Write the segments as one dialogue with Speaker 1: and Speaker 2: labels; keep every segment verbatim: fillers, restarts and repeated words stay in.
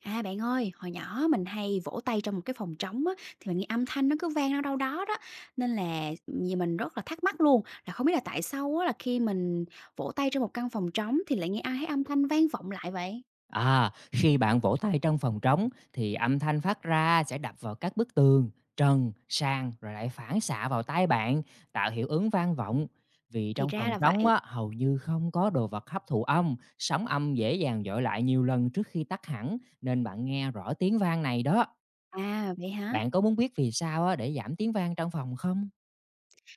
Speaker 1: À, bạn ơi, hồi nhỏ mình hay vỗ tay trong một cái phòng trống á, thì mình nghe âm thanh nó cứ vang đâu đâu đó đó, nên là vì mình rất là thắc mắc luôn, là không biết là tại sao á, là khi mình vỗ tay trong một căn phòng trống thì lại nghe ai thấy âm thanh vang vọng lại vậy?
Speaker 2: À, khi bạn vỗ tay trong phòng trống thì âm thanh phát ra sẽ đập vào các bức tường, trần, sàn rồi lại phản xạ vào tai bạn, tạo hiệu ứng vang vọng. Vì
Speaker 1: Thì
Speaker 2: trong
Speaker 1: ra
Speaker 2: phòng
Speaker 1: là
Speaker 2: trống
Speaker 1: vậy.
Speaker 2: á, hầu như không có đồ vật hấp thụ âm, sóng âm dễ dàng dội lại nhiều lần trước khi tắt hẳn nên bạn nghe rõ tiếng vang này đó.
Speaker 1: À, vậy hả?
Speaker 2: Bạn có muốn biết vì sao á, để giảm tiếng vang trong phòng không?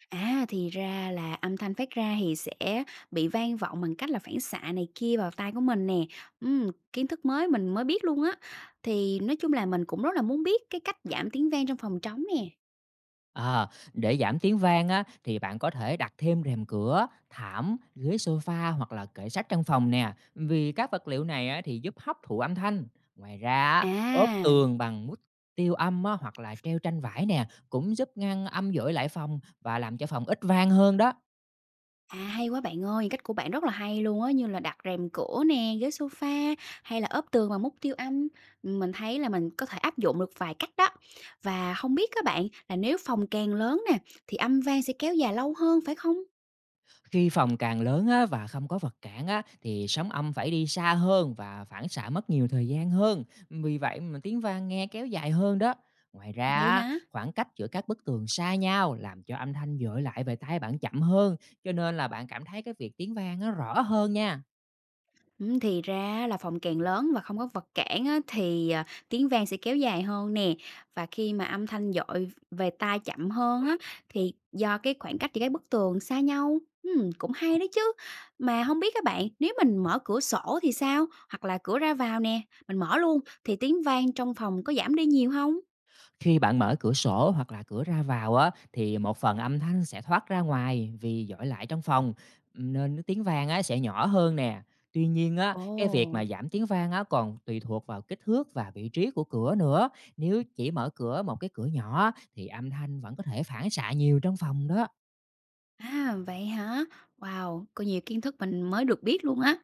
Speaker 1: À, thì ra là âm thanh phát ra thì sẽ bị vang vọng bằng cách là phản xạ này kia vào tai của mình nè. Ừm, kiến thức mới mình mới biết luôn á. Thì nói chung là mình cũng rất là muốn biết cái cách giảm tiếng vang trong phòng trống nè.
Speaker 2: Ờ, để giảm tiếng vang á, thì bạn có thể đặt thêm rèm cửa, thảm, ghế sofa hoặc là kệ sách trong phòng nè, vì các vật liệu này á, thì giúp hấp thụ âm thanh. Ngoài ra, á, ốp
Speaker 1: À.
Speaker 2: tường bằng mút tiêu âm á, hoặc là treo tranh vải nè cũng giúp ngăn âm dội lại phòng và làm cho phòng ít vang hơn đó.
Speaker 1: À, hay quá bạn ơi, cách của bạn rất là hay luôn á, như là đặt rèm cửa nè, ghế sofa hay là ốp tường bằng mút tiêu âm. Mình thấy là mình có thể áp dụng được vài cách đó. Và không biết các bạn là nếu phòng càng lớn nè thì âm vang sẽ kéo dài lâu hơn phải không?
Speaker 2: Khi phòng càng lớn á, và không có vật cản á, thì sóng âm phải đi xa hơn và phản xạ mất nhiều thời gian hơn. Vì vậy mà tiếng vang nghe kéo dài hơn đó. Ngoài ra,
Speaker 1: Vậy
Speaker 2: á,
Speaker 1: hả?
Speaker 2: khoảng cách giữa các bức tường xa nhau làm cho âm thanh dội lại về tai bạn chậm hơn, cho nên là bạn cảm thấy cái việc tiếng vang nó rõ hơn nha.
Speaker 1: Ừm, thì ra là phòng càng lớn và không có vật cản á, thì, à, tiếng vang sẽ kéo dài hơn nè, và khi mà âm thanh dội về tai chậm hơn á, thì do cái khoảng cách giữa các bức tường xa nhau. Ừm, cũng hay đấy chứ. Mà không biết các bạn, nếu mình mở cửa sổ thì sao? Hoặc là cửa ra vào nè, mình mở luôn thì tiếng vang trong phòng có giảm đi nhiều không?
Speaker 2: Khi bạn mở cửa sổ hoặc là cửa ra vào á, thì một phần âm thanh sẽ thoát ra ngoài vì dội lại trong phòng, nên cái tiếng vang á, sẽ nhỏ hơn nè. Tuy nhiên á,
Speaker 1: Ồ!
Speaker 2: cái việc mà giảm tiếng vang á, còn tùy thuộc vào kích thước và vị trí của cửa nữa. Nếu chỉ mở cửa một cái cửa nhỏ á, thì âm thanh vẫn có thể phản xạ nhiều trong phòng đó.
Speaker 1: À, vậy hả? Wow, có nhiều kiến thức mình mới được biết luôn á.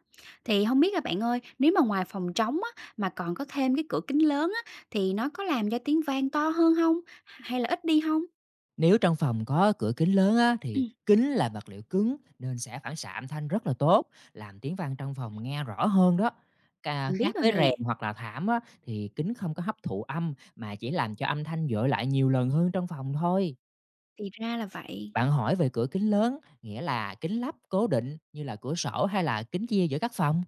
Speaker 1: Thì không biết là bạn ơi, nếu mà ngoài phòng trống á, mà còn có thêm cái cửa kính lớn á, thì nó có làm cho tiếng vang to hơn không? Hay là ít đi không?
Speaker 2: Nếu trong phòng có cửa kính lớn á, thì
Speaker 1: Ừm,
Speaker 2: kính là vật liệu cứng nên sẽ phản xạ âm thanh rất là tốt, làm tiếng vang trong phòng nghe rõ hơn đó. Cà
Speaker 1: mình biết
Speaker 2: khác
Speaker 1: rồi
Speaker 2: với
Speaker 1: nè,
Speaker 2: rèm hoặc là thảm á, thì kính không có hấp thụ âm mà chỉ làm cho âm thanh dội lại nhiều lần hơn trong phòng thôi.
Speaker 1: thì ra là vậy.
Speaker 2: Bạn hỏi về cửa kính lớn, nghĩa là kính lắp cố định như là cửa sổ hay là kính chia giữa các phòng?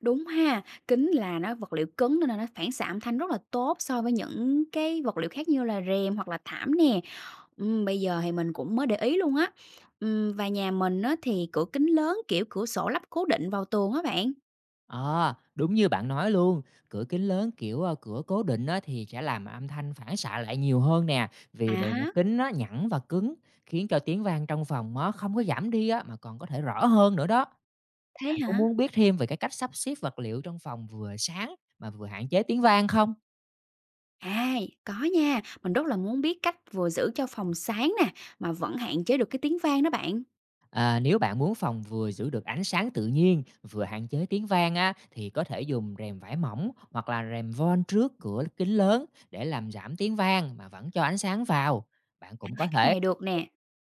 Speaker 1: Đúng ha, kính là nó vật liệu cứng nên là nó phản xạ âm thanh rất là tốt so với những cái vật liệu khác như là rèm hoặc là thảm nè. Ừm, bây giờ thì mình cũng mới để ý luôn á. Ừm, và nhà mình á, thì cửa kính lớn, kiểu, cửa sổ lắp cố định vào tường á bạn.
Speaker 2: Ờ, đúng như bạn nói luôn, cửa kính lớn, kiểu, ờ, cửa cố định á thì sẽ làm âm thanh phản xạ lại nhiều hơn nè,
Speaker 1: À
Speaker 2: vì bề mặt
Speaker 1: ha.
Speaker 2: kính nó nhẵn và cứng, khiến cho tiếng vang trong phòng nó không có giảm đi á, mà còn có thể rõ hơn nữa đó.
Speaker 1: Thế
Speaker 2: Bạn có
Speaker 1: hả?
Speaker 2: muốn biết thêm về cái cách sắp xếp vật liệu trong phòng vừa sáng mà vừa hạn chế tiếng vang không?
Speaker 1: À, có nha, mình rất là muốn biết cách vừa giữ cho phòng sáng nè, mà vẫn hạn chế được cái tiếng vang đó bạn.
Speaker 2: À, nếu bạn muốn phòng vừa giữ được ánh sáng tự nhiên, vừa hạn chế tiếng vang á, thì có thể dùng rèm vải mỏng hoặc là rèm von trước cửa kính lớn để làm giảm tiếng vang mà vẫn cho ánh sáng vào. Bạn cũng có
Speaker 1: Cách
Speaker 2: thể
Speaker 1: này được nè,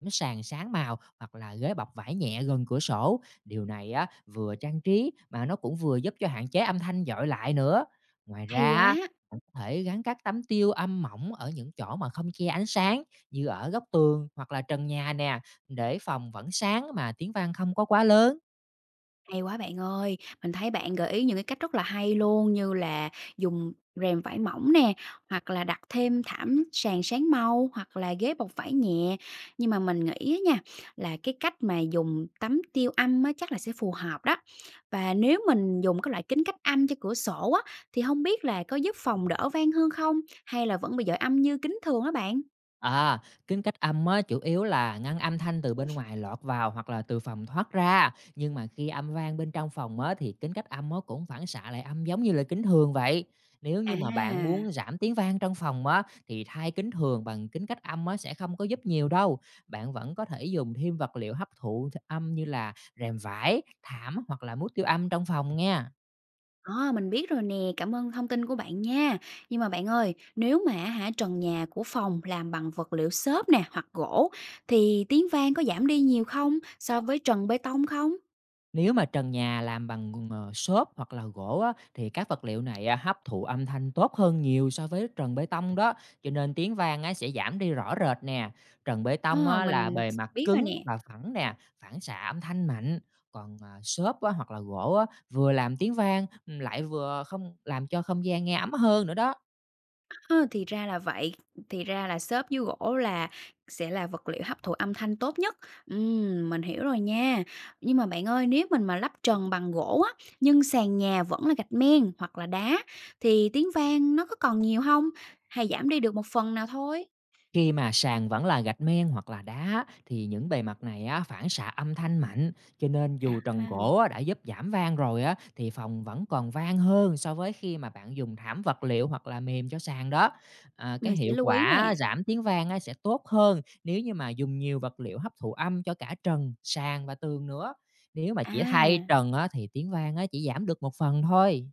Speaker 2: Ánh sàn sáng màu hoặc là ghế bọc vải nhẹ gần cửa sổ. Điều này á, vừa trang trí mà nó cũng vừa giúp cho hạn chế âm thanh dội lại nữa. Ngoài
Speaker 1: hay
Speaker 2: ra, á,
Speaker 1: quá.
Speaker 2: bạn có thể gắn các tấm tiêu âm mỏng ở những chỗ mà không che ánh sáng như ở góc tường hoặc là trần nhà nè để phòng vẫn sáng mà tiếng vang không có quá lớn.
Speaker 1: Hay quá bạn ơi! Mình thấy bạn gợi ý những cái cách rất là hay luôn, như là dùng rèm vải mỏng nè, hoặc là đặt thêm thảm sàn sáng màu, hoặc là ghế bọc vải nhẹ. Nhưng mà mình nghĩ á nha, là cái cách mà dùng tấm tiêu âm á chắc là sẽ phù hợp đó. Và nếu mình dùng cái loại kính cách âm cho cửa sổ á, thì không biết là có giúp phòng đỡ vang hơn không? Hay là vẫn bị dội âm như kính thường á bạn?
Speaker 2: À, kính cách âm á, chủ yếu là ngăn âm thanh từ bên ngoài lọt vào hoặc là từ phòng thoát ra. Nhưng mà khi âm vang bên trong phòng á, thì kính cách âm á, cũng phản xạ lại âm giống như là kính thường vậy. Nếu như mà bạn
Speaker 1: À!
Speaker 2: muốn giảm tiếng vang trong phòng á, thì thay kính thường bằng kính cách âm á, sẽ không có giúp nhiều đâu. Bạn vẫn có thể dùng thêm vật liệu hấp thụ âm như là rèm vải, thảm hoặc là mút tiêu âm trong phòng nha.
Speaker 1: À, mình biết rồi nè, cảm ơn thông tin của bạn nha. Nhưng mà bạn ơi, nếu mà á hả trần nhà của phòng làm bằng vật liệu xốp nè hoặc gỗ thì tiếng vang có giảm đi nhiều không so với trần bê tông không?
Speaker 2: Nếu mà trần nhà làm bằng, ờ, xốp hoặc là gỗ á, thì các vật liệu này, à, hấp thụ âm thanh tốt hơn nhiều so với trần bê tông đó, cho nên tiếng vang á sẽ giảm đi rõ rệt nè. Trần bê tông
Speaker 1: Ờ,
Speaker 2: á là
Speaker 1: mình
Speaker 2: bề mặt
Speaker 1: biết rồi
Speaker 2: cứng
Speaker 1: nè.
Speaker 2: và phẳng nè, phản xạ âm thanh mạnh, còn, à, xốp á hoặc là gỗ á vừa làm tiếng vang, ừm, lại vừa không làm cho không gian nghe ấm hơn nữa đó.
Speaker 1: Ơ, thì ra là vậy, thì ra là xốp với gỗ là sẽ là vật liệu hấp thụ âm thanh tốt nhất. Ừm, mình hiểu rồi nha. Nhưng mà bạn ơi, nếu mình mà lắp trần bằng gỗ á, nhưng sàn nhà vẫn là gạch men hoặc là đá thì tiếng vang nó có còn nhiều không? Hay giảm đi được một phần nào thôi?
Speaker 2: Khi mà sàn vẫn là gạch men hoặc là đá thì những bề mặt này á, phản xạ âm thanh mạnh, cho nên dù trần
Speaker 1: À
Speaker 2: gỗ á, đã giúp giảm vang rồi á, thì phòng vẫn còn vang hơn so với khi mà bạn dùng thảm vật liệu hoặc là mềm cho sàn đó. À, cái
Speaker 1: mình sẽ
Speaker 2: hiệu
Speaker 1: lưu ý
Speaker 2: quả
Speaker 1: nè.
Speaker 2: giảm tiếng vang á, sẽ tốt hơn nếu như mà dùng nhiều vật liệu hấp thụ âm cho cả trần, sàn và tường nữa. Nếu mà chỉ thay
Speaker 1: À,
Speaker 2: trần á, thì tiếng vang á, chỉ giảm được một phần thôi.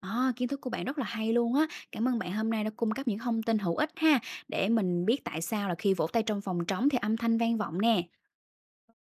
Speaker 1: à, kiến thức của bạn rất là hay luôn á. Cảm ơn bạn hôm nay đã cung cấp những thông tin hữu ích ha, để mình biết tại sao là khi vỗ tay trong phòng trống thì âm thanh vang vọng nè.